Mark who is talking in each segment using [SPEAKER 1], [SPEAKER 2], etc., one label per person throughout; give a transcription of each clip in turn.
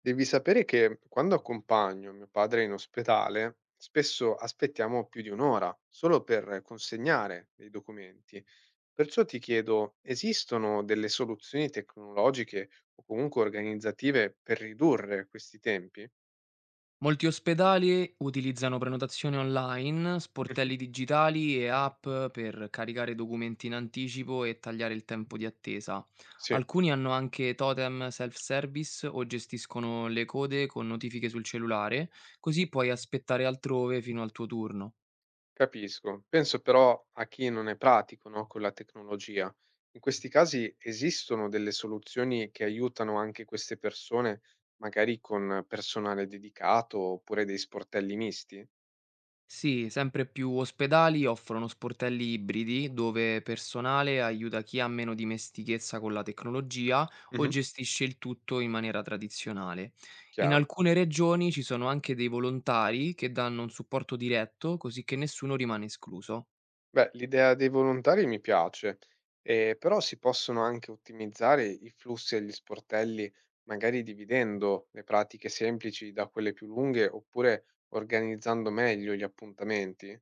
[SPEAKER 1] Devi sapere che quando accompagno mio padre in ospedale, spesso aspettiamo più di un'ora solo per consegnare dei documenti. Perciò ti chiedo, esistono delle soluzioni tecnologiche o comunque organizzative per ridurre questi tempi?
[SPEAKER 2] Molti ospedali utilizzano prenotazioni online,
[SPEAKER 1] Mhm.
[SPEAKER 2] sportelli digitali e app per caricare documenti in anticipo e tagliare il tempo di attesa.
[SPEAKER 1] Sì.
[SPEAKER 2] Alcuni hanno anche totem self-service o gestiscono le code con notifiche sul cellulare, così puoi aspettare altrove fino al tuo turno.
[SPEAKER 1] Capisco. Penso però a chi non è pratico, no, con la tecnologia. In questi casi esistono delle soluzioni che aiutano anche queste persone, magari con personale dedicato oppure dei sportelli misti?
[SPEAKER 2] Sì, sempre più ospedali offrono sportelli ibridi dove personale aiuta chi ha meno dimestichezza con la tecnologia o
[SPEAKER 1] Mhm.
[SPEAKER 2] gestisce il tutto in maniera tradizionale. In
[SPEAKER 1] Chiaro.
[SPEAKER 2] alcune regioni ci sono anche dei volontari che danno un supporto diretto così che nessuno rimane escluso.
[SPEAKER 1] Beh, l'idea dei volontari mi piace, però si possono anche ottimizzare i flussi agli sportelli, magari dividendo le pratiche semplici da quelle più lunghe oppure organizzando meglio gli appuntamenti.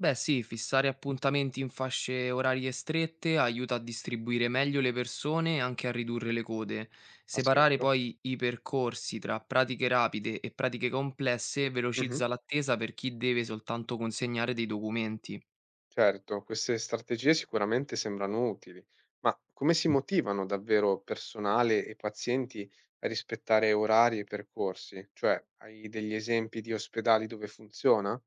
[SPEAKER 2] Beh sì, fissare appuntamenti in fasce orarie strette aiuta a distribuire meglio le persone e anche a ridurre le code.
[SPEAKER 1] Ha
[SPEAKER 2] Separare
[SPEAKER 1] senso?
[SPEAKER 2] poi i percorsi tra pratiche rapide e pratiche complesse
[SPEAKER 1] Mhm.
[SPEAKER 2] velocizza l'attesa per chi deve soltanto consegnare dei documenti.
[SPEAKER 1] Certo, queste strategie sicuramente sembrano utili, ma come si motivano davvero personale e pazienti a rispettare orari e percorsi? Cioè, hai degli esempi di ospedali dove funziona?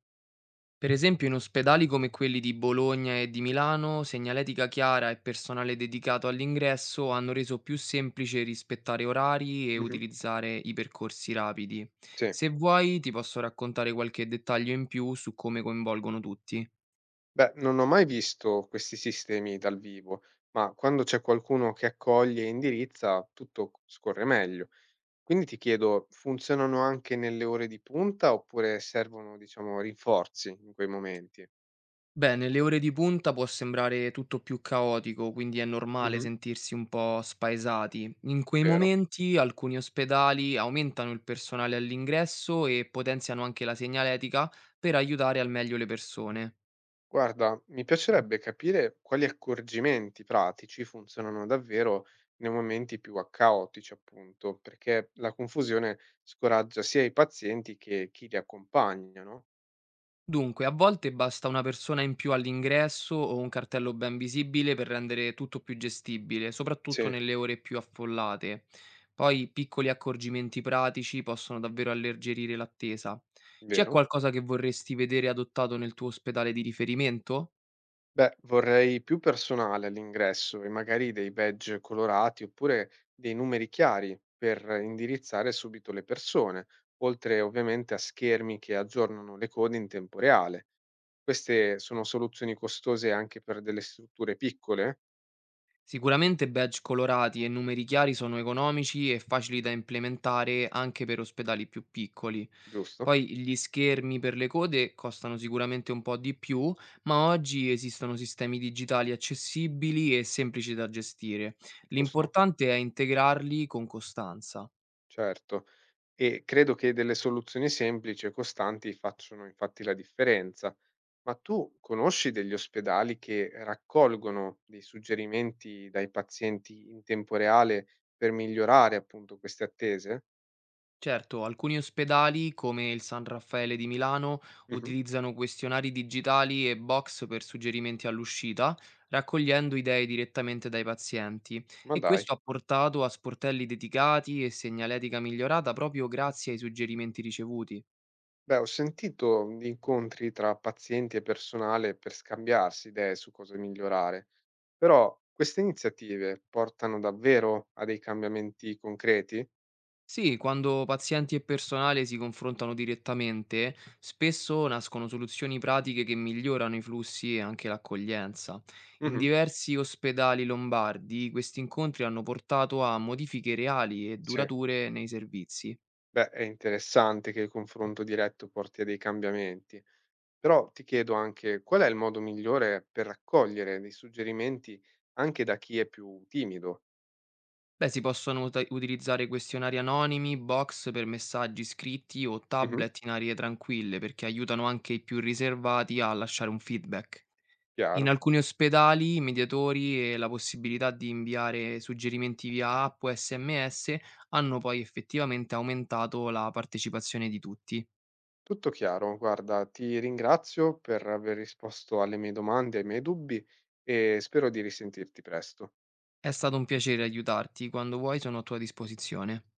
[SPEAKER 2] Per esempio in ospedali come quelli di Bologna e di Milano, segnaletica chiara e personale dedicato all'ingresso hanno reso più semplice rispettare orari e
[SPEAKER 1] Mhm.
[SPEAKER 2] utilizzare i percorsi rapidi.
[SPEAKER 1] Sì.
[SPEAKER 2] Se vuoi, ti posso raccontare qualche dettaglio in più su come coinvolgono tutti.
[SPEAKER 1] Beh, non ho mai visto questi sistemi dal vivo, ma quando c'è qualcuno che accoglie e indirizza, tutto scorre meglio. Quindi ti chiedo, funzionano anche nelle ore di punta oppure servono, diciamo, rinforzi in quei momenti?
[SPEAKER 2] Beh, nelle ore di punta può sembrare tutto più caotico, quindi è normale
[SPEAKER 1] Mhm.
[SPEAKER 2] sentirsi un po' spaesati. In quei
[SPEAKER 1] Vero.
[SPEAKER 2] momenti alcuni ospedali aumentano il personale all'ingresso e potenziano anche la segnaletica per aiutare al meglio le persone.
[SPEAKER 1] Guarda, mi piacerebbe capire quali accorgimenti pratici funzionano davvero nei momenti più caotici, appunto, perché la confusione scoraggia sia i pazienti che chi li accompagna, no?
[SPEAKER 2] Dunque, a volte basta una persona in più all'ingresso o un cartello ben visibile per rendere tutto più gestibile, soprattutto
[SPEAKER 1] Sì,
[SPEAKER 2] nelle ore più affollate. Poi piccoli accorgimenti pratici possono davvero alleggerire l'attesa. C'è
[SPEAKER 1] vero?
[SPEAKER 2] qualcosa che vorresti vedere adottato nel tuo ospedale di riferimento?
[SPEAKER 1] Beh, vorrei più personale all'ingresso e magari dei badge colorati oppure dei numeri chiari per indirizzare subito le persone, oltre ovviamente a schermi che aggiornano le code in tempo reale. Queste sono soluzioni costose anche per delle strutture piccole,
[SPEAKER 2] Sicuramente badge colorati e numeri chiari sono economici e facili da implementare anche per ospedali più piccoli.
[SPEAKER 1] giusto?
[SPEAKER 2] Poi gli schermi per le code costano sicuramente un po' di più, ma oggi esistono sistemi digitali accessibili e semplici da gestire.
[SPEAKER 1] Giusto,
[SPEAKER 2] L'importante è integrarli con costanza.
[SPEAKER 1] certo. E credo che delle soluzioni semplici e costanti facciano infatti la differenza. Ma tu conosci degli ospedali che raccolgono dei suggerimenti dai pazienti in tempo reale per migliorare appunto queste attese?
[SPEAKER 2] Certo, alcuni ospedali, come il San Raffaele di Milano,
[SPEAKER 1] Mhm.
[SPEAKER 2] utilizzano questionari digitali e box per suggerimenti all'uscita, raccogliendo idee direttamente dai pazienti.
[SPEAKER 1] Ma
[SPEAKER 2] E
[SPEAKER 1] dai.
[SPEAKER 2] questo ha portato a sportelli dedicati e segnaletica migliorata proprio grazie ai suggerimenti ricevuti.
[SPEAKER 1] Beh, ho sentito di incontri tra pazienti e personale per scambiarsi idee su cosa migliorare, però queste iniziative portano davvero a dei cambiamenti concreti?
[SPEAKER 2] Sì, quando pazienti e personale si confrontano direttamente, spesso nascono soluzioni pratiche che migliorano i flussi e anche l'accoglienza. In
[SPEAKER 1] Mhm.
[SPEAKER 2] diversi ospedali lombardi, questi incontri hanno portato a modifiche reali e
[SPEAKER 1] Sì.
[SPEAKER 2] durature nei servizi.
[SPEAKER 1] Beh, è interessante che il confronto diretto porti a dei cambiamenti. Però ti chiedo anche qual è il modo migliore per raccogliere dei suggerimenti anche da chi è più timido?
[SPEAKER 2] Beh, si possono utilizzare questionari anonimi, box per messaggi scritti o
[SPEAKER 1] Mh-mh,
[SPEAKER 2] tablet in aree tranquille, perché aiutano anche i più riservati a lasciare un feedback.
[SPEAKER 1] chiaro.
[SPEAKER 2] In alcuni ospedali, i mediatori e la possibilità di inviare suggerimenti via app o SMS hanno poi effettivamente aumentato la partecipazione di tutti.
[SPEAKER 1] Tutto chiaro, guarda ti ringrazio per aver risposto alle mie domande, ai miei dubbi e spero di risentirti presto.
[SPEAKER 2] È stato un piacere aiutarti, quando vuoi sono a tua disposizione.